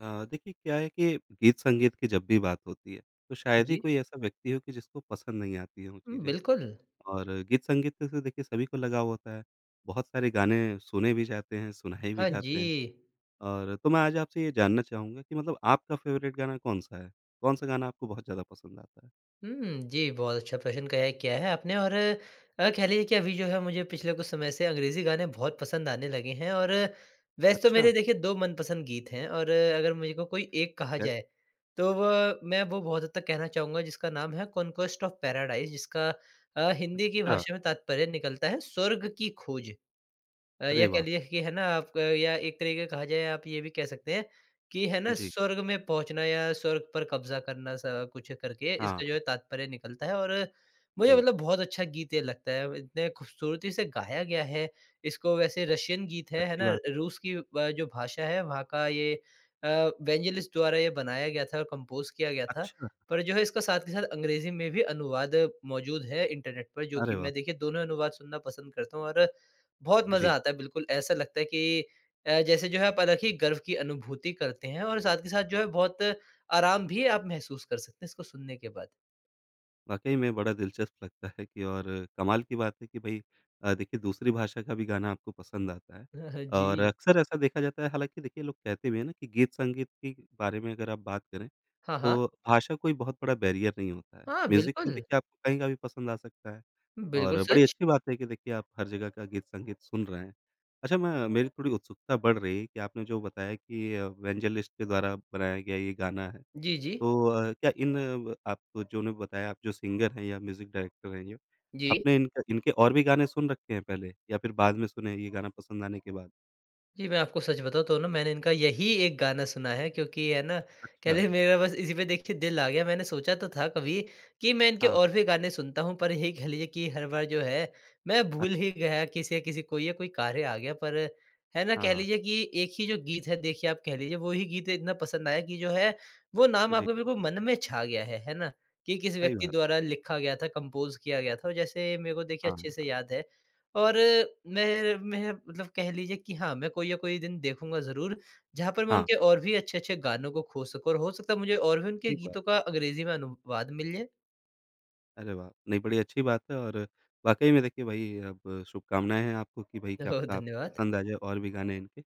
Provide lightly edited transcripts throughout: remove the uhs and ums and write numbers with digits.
देखिए क्या है कि गीत संगीत की जब भी बात होती है, तो शायद ही जी। कोई ऐसा व्यक्ति हो कि जिसको पसंद नहीं आती हों चीज़ें। बिल्कुल। और गीत संगीत से देखिए सभी को लगाव होता है। बहुत सारे गाने सुने भी जाते हैं, सुनाए भी हाँ जी। जाते हैं। और तो मैं आज आपसे ये जानना चाहूँगा कि मतलब आपका फ़ेवरेट गाना कौन-सा है? कौन-सा गाना आपको बहुत ज़्यादा पसंद आता है? जी, बहुत अच्छा प्रश्न कया किया है क्या है आपने। और कह लीजिए कि अभी जो है मुझे पिछले कुछ समय से अंग्रेज़ी गाने बहुत पसंद आने लगे हैं, और वैसे तो अच्छा, मेरे देखिए 2 मनपसंद गीत हैं, और अगर मुझको कोई एक कहा ठीक है। जाए, तो व मैं वो बहुत हद तक कहना चाहूँगा जिसका नाम है कॉन्क्वेस्ट ऑफ पैराडाइज़, जिसका हिंदी की अच्छा, भाषा में तात्पर्य निकलता है स्वर्ग की खोज। या अरे कह वाह! लीजिए कि है ना, आप या एक तरीके कहा जाए, आप ये भी कह सकते हैं कि है ना, जी। स्वर्ग में पहुँचना या स्वर्ग पर कब्ज़ा करना सा कुछ करके हाँ, हाँ, इसका जो है तात्पर्य निकलता है। और मुझे जी। मतलब बहुत अच्छा गीत ये लगता है, इतने खूबसूरती से गाया गया है। इसको वैसे रशियन गीत है अच्छी ना? बात। रूस की जो भाषा है वहाँ का ये अ, वेंजेलिस्ट द्वारा ये बनाया गया था और कंपोज़ किया गया था। अच्छा, पर जो है इसका साथ के साथ अंग्रेज़ी में भी अनुवाद मौजूद है इंटरनेट पर, जो कि अरे वाह! मैं देखिए दोनों अनुवाद सुनना पसंद करता हूँ, और बहुत जी। मज़ा आता है। बिल्कुल ऐसा लगता है कि जैसे जो है आप अलग ही गर्व की अनुभूति करते हैं, और साथ के साथ जो है बहुत आराम भी आप महसूस कर सकते हैं इसको सुनने के बाद। वाक़ई में बड़ा दिलचस्प लगता है कि और कमाल की बात है कि भई देखिए दूसरी भाषा का भी गाना आपको पसंद आता है। जी। और अक्सर ऐसा देखा जाता है हालाँकि देखिए लोग कहते भी हैं ना कि गीत-संगीत के बारे में अगर आप बात करें, हाँ, हाँ। तो भाषा कोई बहुत बड़ा बैरियर नहीं होता है। हाँ, म्यूज़िक तो बिल्कुल। देखिए आपको कहीं का भी पसंद आ सकता है। बिल्कुल और बड़ी सच। अच्छी बात है कि देखिए आप हर जगह का गीत-संगीत सुन रहे हैं। अच्छा मैं मेरी थोड़ी उत्सुकता बढ़ रही है कि आपने जो बताया कि वेंजलिस्ट के द्वारा बनाया गया ये गाना है। जी, जी। तो अ, क्या इन ब आप जो ने बताया आप जो सिंगर हैं या म्यूज़िक डायरेक्टर हैं ये, जी। आपने इनका इनके और भी गाने सुन रखे हैं पहले या फिर बाद में सुने ये गाना पसंद आने के बाद? जी, मैं आपको सच बताऊँ तो ना, मैंने इनका यही एक गाना सुना है, क्योंकि है ना, अच्छा, कहते हैं मेरा बस इसी पे देखिए दिल आ गया। मैंने सोचा तो था कभी कि मैं इनके हाँ, और भी गाने सुनता हूँ, पर यही कह लीजिए कि हर बार जो है मैं भूल अच्छा, ही गया किसी या किसी को, या कोई कार्य आ गया। पर है ना, हाँ, कह हाँ, लीजिए कि एक ही जो गीत है देखिए, आप कह लीजिए वो ही गीत इतना पसंद आया कि जो है वो नाम जी, आपके बिल्कुल मन में छा गया है ना? कि किस सही व्यक्ति बात, द्वारा लिखा गया था, कंपोज़ किया गया था, और जैसे मेरे को देखिए हाँ, अच्छे से हाँ, याद है। और मैं मतलब कह लीजिए कि हाँ, मैं कोई या कोई दिन देखूँगा ज़रूर, जहाँ पर मैं हाँ, उनके और भी अच्छे-अच्छे गानों को खो सकूँ, और हो सकता है मुझे और भी उनके ठीक बात। गीतों का अंग्रेज़ी में अनुवाद मिल जाए। अरे वाह! नहीं बड़ी अच्छी बात है। और वाक़ई में देखिए भाई अब शुभकामनाएँ हैं आपको कि भाई क्या तो पता आपको धन्यवाद। पसंद आ जाए और भी गाने इनके।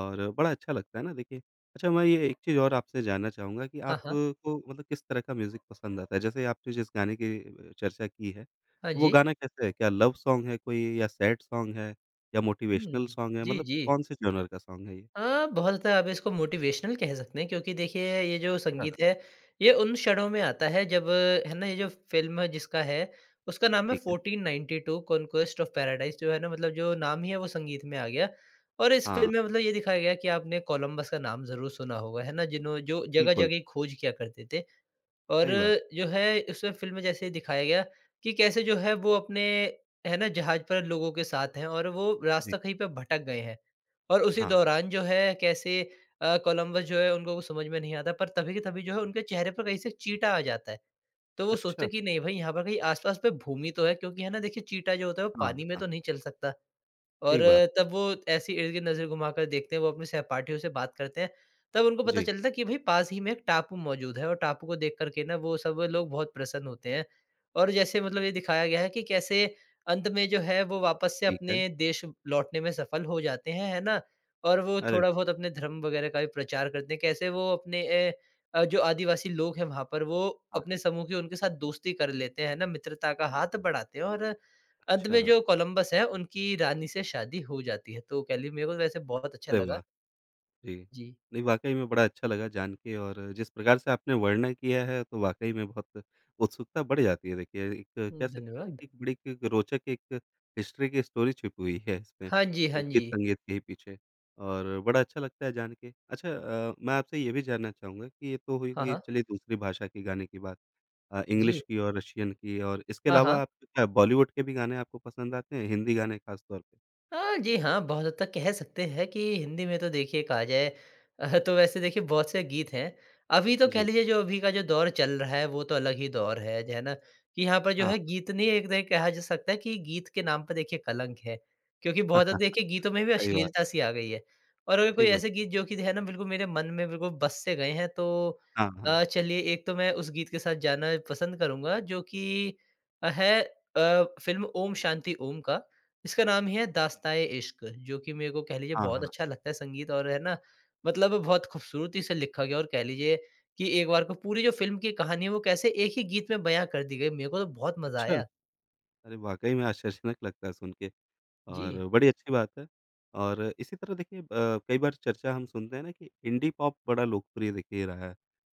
और बड़ा अच्छा लगता है ना देखिए। अच्छा मैं ये एक चीज़ और आपसे जानना चाहूँगा कि हाँ, हाँ। आपको मतलब किस तरह का म्यूज़िक पसंद आता है? जैसे आपने जिस गाने की चर्चा की है, हाँ वो जी। गाना कैसा है? क्या लव सॉन्ग है कोई या सैड सॉन्ग है या मोटिवेशनल हुँ। सॉन्ग है? जी, मतलब जी। कौन-से जॉनर का सॉन्ग है ये? हाँ, बहुत ज़्यादा आप इसको मोटिवेशनल कह सकते हैं, क्योंकि देखिए ये जो हाँ। संगीत है, ये उन क्षणों में आता है जब है ना, ये जो फ़िल्म जिसका है, उसका नाम है ठीक है। 1492 कॉन्क्वेस्ट ऑफ पैराडाइज़। जो है ना, मतलब जो नाम ही है वो संगीत में आ गया। और इस हाँ, फ़िल्म में मतलब ये दिखाया गया कि आपने कोलंबस का नाम ज़रूर सुना होगा, है ना? जिन्हों जो बिल्कुल, जगह-जगह खोज किया करते थे। और सही बात। जो है उसमें फ़िल्म में जैसे दिखाया गया कि कैसे जो है वो अपने, है ना, जहाज़ पर लोगों के साथ हैं, और वो जी, रास्ता कहीं पे भटक गए हैं। और उसी हाँ। दौरान जो है कैसे कोलंबस जो है उनको कुछ समझ में नहीं आता, पर तभी के तभी जो है उनके चेहरे पर कहीं से चींटा आ जाता है। तो वो सोचते अच्छा, हैं कि नहीं भाई, यहाँ पर कहीं आस-पास पे भूमि तो है, क्योंकि है ना देखिए चींटा जो होता है वो हाँ, पानी में हाँ, तो नहीं चल सकता। और ठीक बात। तब वो ऐसे ही इर्द-गिर्द नज़र घुमाकर देखते हैं, वो अपने सहपाठियों से बात करते हैं। तब उनको पता जी, चलता है कि भई पास ही में एक टापू मौजूद है, और टापू को देख कर के ना वो सब लोग बहुत प्रसन्न होते हैं। और जैसे मतलब ये दिखाया गया है कि कैसे अंत में जो है वो वापस से ठीक है। अपने देश लौटने में सफल हो जाते हैं, है ना? और वो अरे थोड़ा वाह! बहुत अपने धर्म वगैरह का भी प्रचार करते हैं, कैसे वो अपने जो आदिवासी लोग हैं वहाँ पर, वो हाँ, अपने समूह के उनके साथ दोस्ती कर लेते हैं, है ना? मित्रता का हाथ बढ़ाते हैं। और अंत में अच्छा, जो कोलंबस है, उनकी रानी से शादी हो जाती है, तो कह लीजिए मेरे को तो वैसे बहुत अच्छा अरे लगा। वाह! जी। जी, नहीं वाक़ई में बड़ा अच्छा लगा जान के और जिस प्रकार से आपने वर्णन किया है तो वाक़ई में बहुत उत्सुकता बढ़ जाती है देखिए। एक कह सकते हैं ना धन्यवाद। कि एक बड़ी एक रोचक एक हिस्ट्री की स्टोरी छिपी हुई है इसमें, हाँ जी, हाँ गीत जी। संगीत के ही पीछे। और बड़ा अच्छा लगता है जान के। अच्छा मैं आपसे ये भी जानना चाहूँगा कि ये तो हुई हाँ, कि हाँ। चलिए दूसरी भाषा के गाने की बात। जी। इंग्लिश की और रशियन की। और इसके हाँ, हाँ। अलावा आपको क्या बॉलीवुड के भी गाने आपको पसंद आते हैं? हिंदी गाने ख़ास तौर पे? हाँ, जी हाँ, बहुत हद तक कह सकते हैं कि हिंदी में तो देखिए कहा जाए तो वैसे देखिए बहुत से गीत हैं। अभी तो कह जी। लीजिए जो अभी का जो दौर चल रहा है वो तो अलग ही दौर है, जो है ना? कि यहाँ पर जो हाँ। है गीत नहीं, एक तरह कहा जा सकता है कि गीत के नाम पे देखिए कलंक है। क्योंकि बहुत हद हाँ, देखिए गीतों में भी सही बात अश्लीलता है, सी आ गई है। और अगर कोई ठीक बात ऐसे है। गीत जो कि है ना बिल्कुल मेरे मन में बिल्कुल बस से गए हैं, तो हाँ, हाँ। चलिए एक तो मैं उस गीत के साथ जाना पसंद करूँगा जो कि है फ़िल्म ओम शांति ओम का। इसका नाम ही है दास्ताए इश्क, जो कि मेरे को कह लीजिए हाँ, बहुत हाँ। अच्छा लगता है संगीत, और है ना, मतलब बहुत खूबसूरती से लिखा गया, और कह लीजिए कि एक बार को पूरी जो फ़िल्म की कहानी है वो कैसे एक ही गीत में बयाँ कर दी गई। मेरे को तो बहुत मज़ा अच्छा! आया। अरे वाक़ई में आश्चर्जनक लगता है सुन के। जी। और बड़ी अच्छी बात है। और इसी तरह देखिए कई बार चर्चा हम सुनते हैं ना कि इंडी पॉप बड़ा लोकप्रिय देखिए रहा है।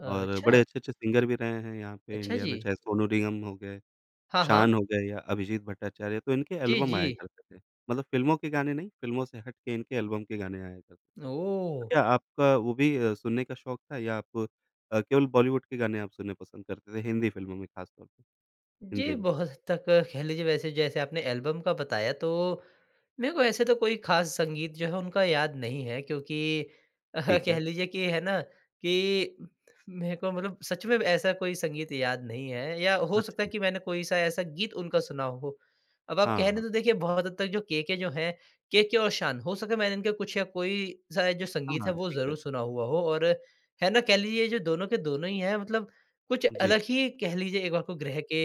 और बड़े अच्छा, अच्छे-अच्छे सिंगर भी रहे हैं यहाँ पे अच्छा इंडिया जी। में, चाहे सोनू निगम हो गए, हाँ, हाँ। शान हो गए या अभिजीत भट्टाचार्य, तो इनके जी, एल्बम जी। आया करते थे। मतलब फ़िल्मों के गाने नहीं, फ़िल्मों से हट के इनके एल्बम के गाने आया करते थे। ओह! तो क्या आपका वो भी सुनने का शौक था, या आप केवल बॉलीवुड के गाने आप सुनने पसंद करते थे हिंदी फ़िल्मों में ख़ास तौर पे? जी, हिंदी में, बहुत हद तक कह लीजिए वैसे, जैसे आपने एल्बम का बताया, तो मेरे को ऐसे तो कोई ख़ास संगीत जो है उनका याद नहीं है, क्योंकि अ, ठीक कह है। लीजिए कि है ना कि मेरे को मतलब सच में ऐसा कोई संगीत याद नहीं है, या हो सकता है अच्छा। कि मैंने कोई-सा ऐसा गीत उनका सुना हो। अब आप कह रहे हाँ, हैं हाँ। तो देखिए बहुत हद तक जो केके जो हैं, केके और शान हो सके मैंने इनका कुछ या कोई-सा जो संगीत हाँ, है वो ठीक है। ज़रूर सुना हुआ हो। और है ना, कह लीजिए ये जो दोनों के दोनों ही हैं, मतलब कुछ जी, अलग ही, कह लीजिए एक बार को ग्रह के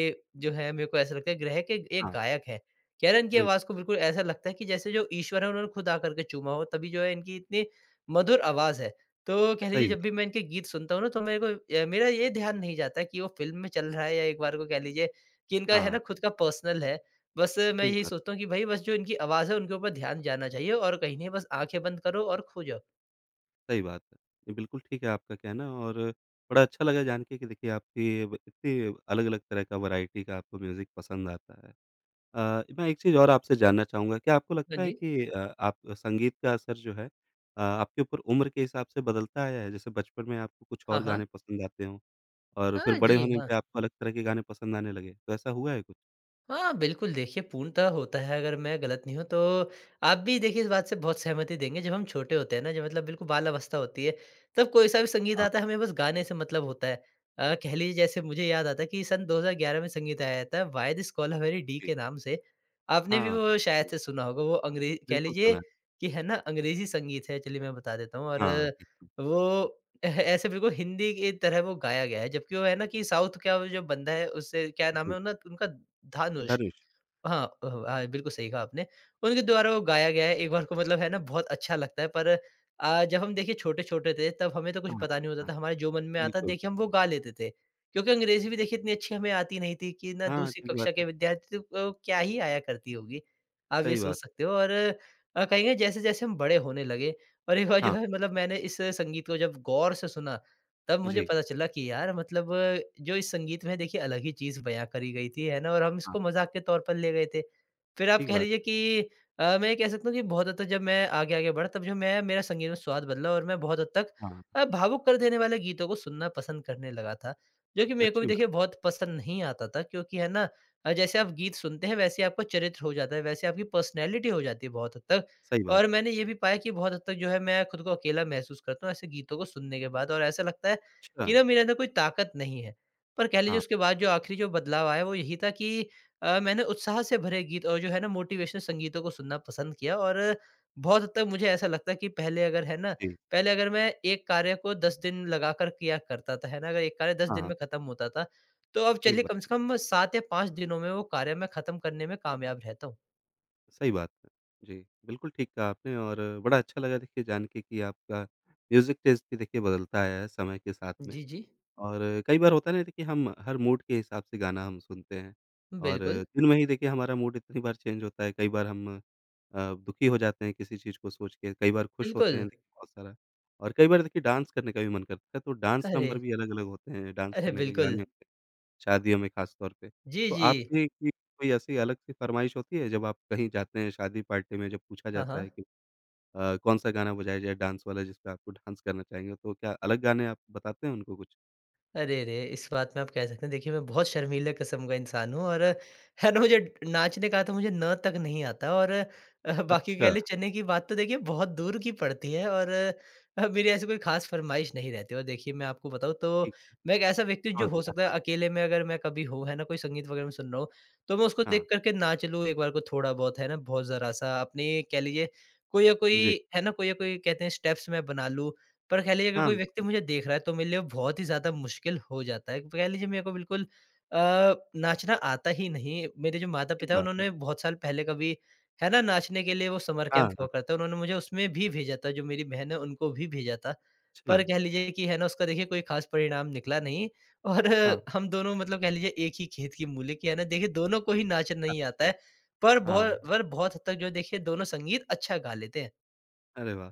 जो है, मेरे को ऐसा लगता है ग्रह के एक हाँ, गायक हैं। यार इनकी बिल्कुल, आवाज़ को बिल्कुल ऐसा लगता है कि जैसे जो ईश्वर है उन्होंने खुद आकर के चूमा हो, तभी जो है इनकी इतनी मधुर आवाज़ है। तो कह लीजिए सही जब बात। भी मैं इनके गीत सुनता हूँ ना, तो मेरे को मेरा ये ध्यान नहीं जाता कि वो फ़िल्म में चल रहा है, या एक बार को कह लीजिए कि इनका है ना हाँ, खुद का पर्सनल है। बस मैं ठीक यही बात सोचता है, हूँ कि भई बस जो इनकी आवाज़ है उनके ऊपर ध्यान जाना चाहिए, और कहीं नहीं, बस आँखें बंद करो और खो जाओ। सही बात है। ये बिल्कुल ठीक है आपका कहना। और बड़ा अच्छा लगा जान के कि देखिए आपकी ब इतनी अलग-अलग तरह का वैरायटी का आपको म्यूज़िक पसंद आता है। मैं एक चीज़ और आपसे जानना चाहूँगा, क्या आपको हाँ लगता है जी। कि आप संगीत का असर जो है आपके ऊपर उम्र के हिसाब से बदलता आया है? जैसे बचपन में आपको कुछ हाँ, और हाँ। गाने पसंद आते हों और फिर हाँ बड़े जी, होने हाँ। पे आपको अलग तरह के गाने पसंद आने लगे, तो ऐसा हुआ है कुछ? हाँ, बिल्कुल देखिए पूर्णतः होता है। अगर मैं गलत नहीं हूँ तो आप भी देखिए इस बात से बहुत सहमति देंगे, जब हम छोटे होते हैं ना, जब मतलब बिल्कुल बाल अवस्था होती है, तब कोई-सा भी संगीत हाँ, आता है, हमें बस गाने से मतलब होता है। कह लीजिए जैसे मुझे याद आता है कि सन 2011 में संगीत आया था why this Kolaveri Di जी। के नाम से। आपने हाँ, भी हाँ, वो शायद बिल्कुल। से सुना होगा। वो अंग्रे कह बिल्कुल लीजिए सुना है। कि है ना, अंग्रेज़ी संगीत है, चलिए मैं बता देता हूँ। और हाँ, बिल्कुल, वो ऐसे बिल्कुल हिंदी की तरह वो गाया गया है, जबकि वो है ना कि साउथ का वो जो बंदा है उससे क्या नाम है जी, उनका उनका, धानुष। धनुष। हाँ हाँ, बिल्कुल सही कहा आपने। उनके द्वारा वो गाया गया है, एक बार को मतलब है ना बहुत अच्छा लगता है, पर जब हम देखिए छोटे-छोटे थे तब हमें तो कुछ हाँ, पता नहीं होता हाँ, था, हमारे जो मन में आता बिल्कुल। देखिए हम वो गा लेते थे। क्योंकि अंग्रेज़ी भी देखिए इतनी अच्छी हमें आती नहीं थी, कि ना हाँ, दूसरी ठीक बात कक्षा है, के विद्यार्थी को क्या ही आया करती होगी। आप ये सही सोच बात। सकते हो। और कहेंगे जैसे-जैसे हम बड़े होने लगे, और एक बार जो हाँ, है मतलब मैंने इस संगीत को जब गौर से सुना, तब मुझे जी, पता चला कि यार मतलब जो इस संगीत में देखिए अलग ही चीज़ बयाँ करी गई थी, है ना? और हम हाँ, इसको मज़ाक के तौर पर ले गए थे। फिर आप ठीक कह बात। लीजिए कि मैं ये कह सकता हूँ कि बहुत हद तक जब मैं आगे-आगे बढ़ा तब जो मैं मेरा संगीत में स्वाद बदला और मैं बहुत हद तक हाँ, हाँ, भावुक कर देने वाले गीतों को सुनना पसंद करने लगा था। जो कि मेरे को भी अच्छी बात, देखिए बहुत पसंद नहीं आता था क्योंकि है ना, जैसे आप गीत सुनते हैं वैसे ही आपका चरित्र हो जाता है, वैसे आपकी पर्सनैलिटी हो जाती है बहुत हद तक। सही बात और है। मैंने ये भी पाया कि बहुत हद तक जो है मैं खुद को अकेला महसूस करता हूँ ऐसे गीतों को सुनने के बाद, और ऐसा लगता है अच्छा, कि ना मेरे अंदर कोई ताकत नहीं है। पर कह लीजिए हाँ, उसके बाद जो आखिरी जो बदलाव आया वो यही था कि मैंने उत्साह से भरे गीत और जो है ना मोटिवेशनल संगीतों को सुनना पसंद किया। और बहुत हद तक मुझे ऐसा लगता है कि जी, पहले अगर मैं एक कार्य को 10 दिन लगाकर किया करता था, है ना? अगर एक कार्य 10 हाँ, दिन हाँ, में खत्म होता था, तो अब ठीक चलिए बात कम से है, कम 7 या 5 दिनों में वो कार्य मैं खत्म करने में कामयाब रहता हूँ। सही बात है। जी, बिल्कुल ठीक कहा आपने। और बड़ा अच्छा लगा देखिए जान के कि आपका म्यूज़िक टेस्ट भी देखिए बदलता आया है समय के साथ में। जी, जी। और कई बार होता है ना कि हम हर मूड के हिसाब से गाना हम सुनते हैं। और बिल्कुल, दिन में ही देखिए हमारा मूड इतनी बार चेंज होता है, कई बार हम दुखी हो जाते हैं किसी चीज़ को सोच के, कई बार खुश होते बिल्कुल। हैं देखिए बहुत सारा। और कई बार देखिए डांस करने का भी मन करता है, तो डांस नंबर अरे! भी अलग अलग होते हैं, डांस अरे करने के बिल्कुल। गाने होते हैं शादियों में खास तौर पे। जी, तो जी। आपकी की कोई ऐसी अलग सी फरमाइश होती है जब आप कहीं जाते हैं शादी पार्टी में जब पूछा हाँ, जाता हाँ। है कि कौन सा गाना बजाया जाए डांस वाला जिस पे आपको डांस करना चाहेंगे? तो क्या अलग गाने आप बताते हैं उनको कुछ? अरे रे! इस बात में आप कह सकते हैं देखिए मैं बहुत शर्मीले किस्म का इंसान हूँ, और है ना मुझे नाचने का तो मुझे न तक नहीं आता। और बाकी कह अच्छा लें चने की बात तो देखिए बहुत दूर की पड़ती है। और मेरी ऐसी कोई ख़ास फ़रमाइश नहीं रहती। और देखिए मैं आपको बताऊँ तो ठीक है, मैं एक ऐसा व्यक्ति हूँ जो समझ हो गया। सकता है हाँ, अकेले में अगर मैं कभी हूँ है ना कोई संगीत वग़ैरह में सुन रहा हूँ, तो मैं उसको हाँ, देख कर के नाच लूँ एक बार को थोड़ा बहुत है ना बहुत ज़रा-सा। अपने कह लीजिए कोई या कोई जी। है ना कोई या कोई कहते हैं स्टेप्स मैं बना लूँ। पर कह लीजिए अगर हाँ, कोई व्यक्ति मुझे देख रहा है तो मेरे लिए बहुत ही ज़्यादा मुश्किल हो जाता है। कह लीजिए मेरे को बिल्कुल अ, नाचना आता ही नहीं। मेरे जो ठीक माता-पिता हैं बात है। उन्होंने बहुत साल पहले कभी, है ना, नाचने के लिए वो समर कैंप हाँ, हुआ हाँ, करता है। उन्होंने मुझे उसमें भी भेजा था, जो मेरी बहन है उनको भी भेजा था। अच्छा। पर कह लीजिए कि है ना उसका देखिए कोई ख़ास परिणाम निकला नहीं। और हाँ, हम दोनों मतलब कह लीजिए एक ही खेत की मूली के, है ना, देखिए दोनों को ही नाचना नहीं आता हाँ, है। पर बहु हाँ। पर बहुत हद तक जो देखिए दोनों संगीत अच्छा गा लेते हैं। अरे वाह!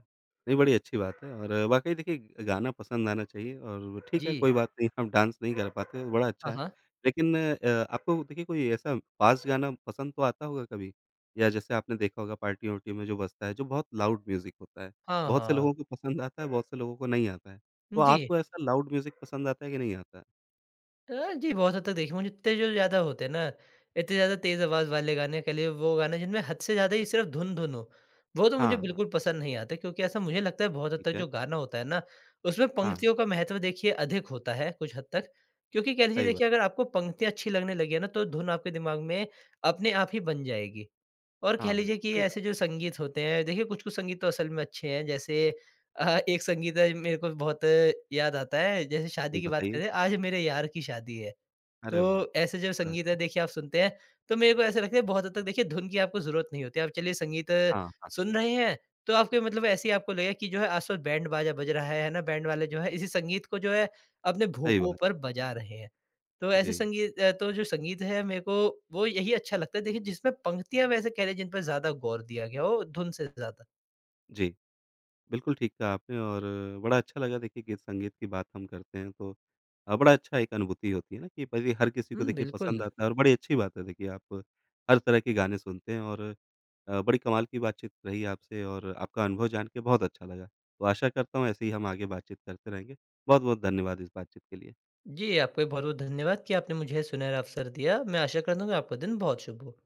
नहीं, बड़ी अच्छी बात है। और वाक़ई देखिए गाना पसंद आना चाहिए और ठीक जी। है, कोई बात नहीं आप डांस नहीं कर पाते, बड़ा हाँ, अच्छा है। हाँ। लेकिन आपको देखिए कोई ऐसा फ़ास्ट गाना पसंद तो आता होगा कभी? या जैसे आपने देखा होगा पार्टी-वार्टी में जो बजता है, जो बहुत लाउड म्यूज़िक होता है। हाँ, बहुत से हाँ। लोगों को पसंद आता है, बहुत से लोगों को नहीं आता है। तो जी। आपको ऐसा लाउड म्यूज़िक पसंद आता है कि नहीं आता है? हाँ जी, बहुत हद तक देखिए मुझे इतने जो ज़्यादा होते हैं ना, इतने ज़्यादा तेज़ आवाज़ वाले गाने, के लिए वो गाने जिनमें हद से ज़्यादा ही सिर्फ़ धुन-धुन हो, वो तो हाँ, मुझे हाँ, बिल्कुल पसंद नहीं आते। क्योंकि ऐसा मुझे लगता है बहुत हद ठीक तक है। जो गाना होता है ना, उसमें हाँ, पंक्तियों का महत्व देखिए अधिक होता है कुछ हद तक। क्योंकि कह लीजिए सही बात। देखिए अगर आपको पंक्तियाँ अच्छी लगने लगी है ना, तो धुन आपके दिमाग में अपने आप ही बन जाएगी। और कह हाँ, लीजिए कि सही ऐसे जो कहा संगीत होते हैं देखिए कुछ-कुछ संगीत तो असल में अच्छे हैं। जैसे अ, एक संगीत है मेरे को बहुत याद आता है, जैसे शादी आपने, की बात बताइए। करें, आज मेरे यार की शादी है। अरे वाह! तो ऐसे जब बड़ा संगीत है अच्छा। देखिए आप सुनते हैं, तो मेरे को ऐसा लगता है बहुत हद तक देखिए धुन की आपको ज़रूरत नहीं होती। आप चलिए संगीत हाँ, हाँ, सुन रहे हैं, तो आपके मतलब ऐसे ही आपको लगेगा कि जो है आस-पास बैंड बाजा बज रहा है ना? बैंड वाले जो है इसी संगीत को जो है अपने सही भोंपुओं बात पर है। बजा रहे हैं। तो ऐसे जी, संगीत, तो जो संगीत है मेरे को वो यही अच्छा लगता है देखिए जिसमें पंक्तियाँ, वैसे कह लें, जिन पर ज़्यादा गौर दिया गया हो धुन से ज़्यादा। जी, बिल्कुल ठीक कहा आपने। और बड़ा अच्छा लगा देखिए गीत संगीत की बात हम करते हैं तो बड़ा अच्छा एक अनुभूति होती है ना कि भाई हर किसी को हुँ, देखिए पसंद बिल्कुल। आता है। और बड़ी अच्छी बात है देखिए आप हर तरह के गाने सुनते हैं। और बड़ी कमाल की बातचीत रही आपसे और आपका अनुभव जान के बहुत अच्छा लगा। तो आशा करता हूँ ऐसे ही हम आगे बातचीत करते रहेंगे। बहुत-बहुत धन्यवाद इस बातचीत के लिए। जी, आपका भी बहुत-बहुत धन्यवाद कि आपने मुझे सुनहरा अवसर दिया। मैं आशा करता हूँ कि आपका दिन बहुत शुभ हो।